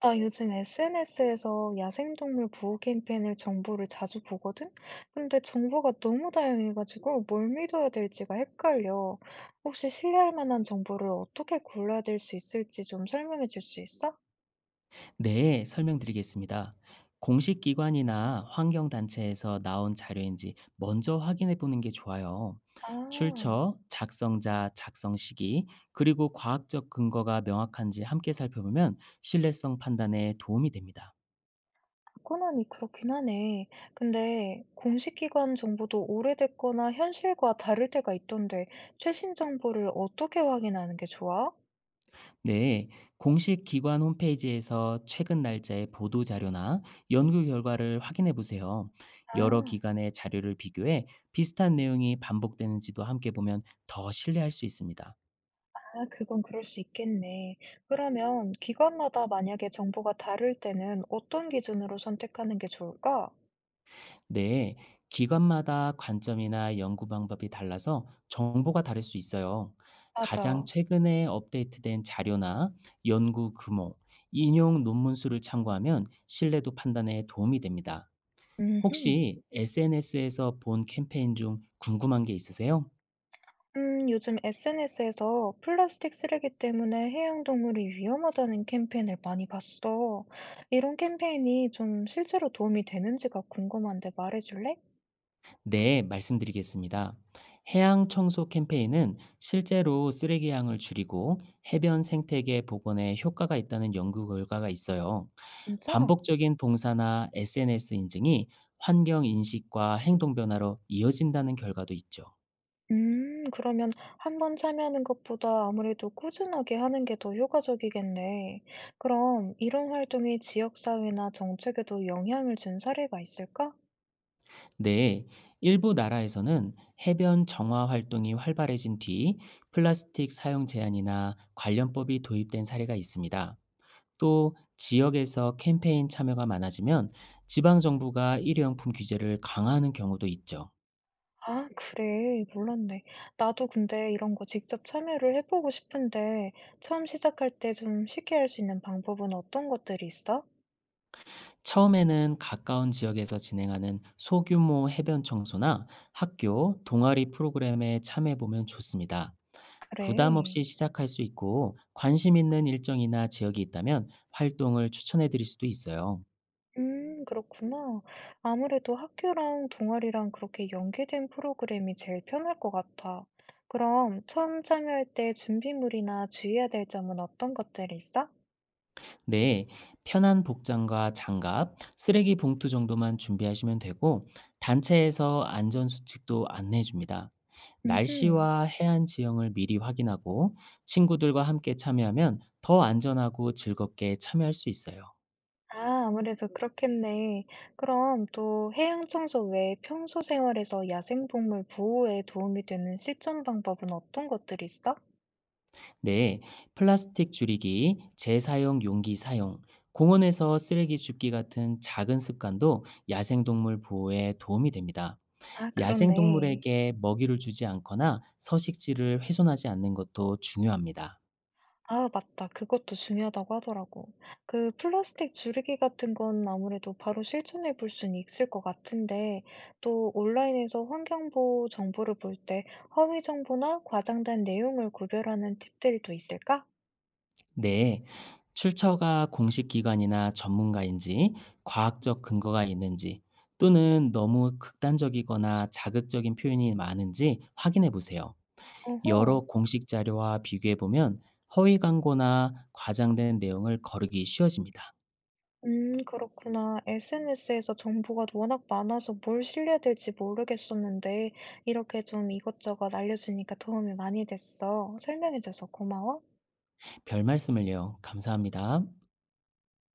나 요즘 SNS에서 야생동물 보호 캠페인을 정보를 자주 보거든? 근데 정보가 너무 다양해가지고 뭘 믿어야 될지가 헷갈려. 혹시 신뢰할 만한 정보를 어떻게 골라야 될 수 있을지 좀 설명해 줄 수 있어? 네, 설명드리겠습니다. 공식 기관이나 환경단체에서 나온 자료인지 먼저 확인해 보는 게 좋아요. 아, 출처, 작성자, 작성 시기, 그리고 과학적 근거가 명확한지 함께 살펴보면 신뢰성 판단에 도움이 됩니다. 권한이 그렇긴 하네. 근데 공식 기관 정보도 오래됐거나 현실과 다를 때가 있던데 최신 정보를 어떻게 확인하는 게 좋아? 네, 공식 기관 홈페이지에서 최근 날짜의 보도 자료나 연구 결과를 확인해 보세요. 여러 아. 기관의 자료를 비교해 비슷한 내용이 반복되는지도 함께 보면 더 신뢰할 수 있습니다. 아, 그건 그럴 수 있겠네. 그러면 기관마다 만약에 정보가 다를 때는 어떤 기준으로 선택하는 게 좋을까? 네, 기관마다 관점이나 연구 방법이 달라서 정보가 다를 수 있어요. 가장 맞아. 최근에 업데이트된 자료나 연구 규모, 인용 논문 수를 참고하면 신뢰도 판단에 도움이 됩니다. 음흠. 혹시 SNS에서 본 캠페인 중 궁금한 게 있으세요? 요즘 SNS에서 플라스틱 쓰레기 때문에 해양동물이 위험하다는 캠페인을 많이 봤어. 이런 캠페인이 좀 실제로 도움이 되는지가 궁금한데 말해줄래? 네, 말씀드리겠습니다. 해양 청소 캠페인은 실제로 쓰레기 양을 줄이고 해변 생태계 복원에 효과가 있다는 연구 결과가 있어요. 진짜? 반복적인 봉사나 SNS 인증이 환경 인식과 행동 변화로 이어진다는 결과도 있죠. 그러면 한번 참여하는 것보다 아무래도 꾸준하게 하는 게 더 효과적이겠네. 그럼 이런 활동이 지역사회나 정책에도 영향을 준 사례가 있을까? 네, 일부 나라에서는 해변 정화 활동이 활발해진 뒤 플라스틱 사용 제한이나 관련법이 도입된 사례가 있습니다. 또 지역에서 캠페인 참여가 많아지면 지방 정부가 일회용품 규제를 강화하는 경우도 있죠. 아, 그래. 몰랐네. 나도 근데 이런 거 직접 참여를 해보고 싶은데 처음 시작할 때 좀 쉽게 할 수 있는 방법은 어떤 것들이 있어? 처음에는 가까운 지역에서 진행하는 소규모 해변 청소나 학교, 동아리 프로그램에 참여해 보면 좋습니다. 부담 그래. 없이 시작할 수 있고 관심 있는 일정이나 지역이 있다면 활동을 추천해 드릴 수도 있어요. 그렇구나. 아무래도 학교랑 동아리랑 그렇게 연계된 프로그램이 제일 편할 것 같아. 그럼 처음 참여할 때 준비물이나 주의해야 될 점은 어떤 것들이 있어? 네, 편한 복장과 장갑, 쓰레기 봉투 정도만 준비하시면 되고, 단체에서 안전수칙도 안내해 줍니다. 음흠. 날씨와 해안 지형을 미리 확인하고, 친구들과 함께 참여하면 더 안전하고 즐겁게 참여할 수 있어요. 아, 아무래도 그렇겠네. 그럼 또 해양 청소 외에 평소 생활에서 야생동물 보호에 도움이 되는 실천 방법은 어떤 것들이 있어? 네, 플라스틱 줄이기, 재사용 용기 사용, 공원에서 쓰레기 줍기 같은 작은 습관도 야생동물 보호에 도움이 됩니다. 아, 그렇네. 야생동물에게 먹이를 주지 않거나 서식지를 훼손하지 않는 것도 중요합니다. 아, 맞다. 그것도 중요하다고 하더라고. 그 플라스틱 줄이기 같은 건 아무래도 바로 실천해 볼 수는 있을 것 같은데 또 온라인에서 환경보호 정보를 볼 때 허위 정보나 과장된 내용을 구별하는 팁들이 또 있을까? 네. 출처가 공식 기관이나 전문가인지, 과학적 근거가 있는지, 또는 너무 극단적이거나 자극적인 표현이 많은지 확인해 보세요. 어허. 여러 공식 자료와 비교해 보면 허위 광고나 과장된 내용을 거르기 쉬워집니다. 그렇구나. SNS에서 정보가 워낙 많아서 뭘 신뢰해야 될지 모르겠었는데 이렇게 좀 이것저것 알려주니까 도움이 많이 됐어. 설명해줘서 고마워. 별 말씀을요. 감사합니다.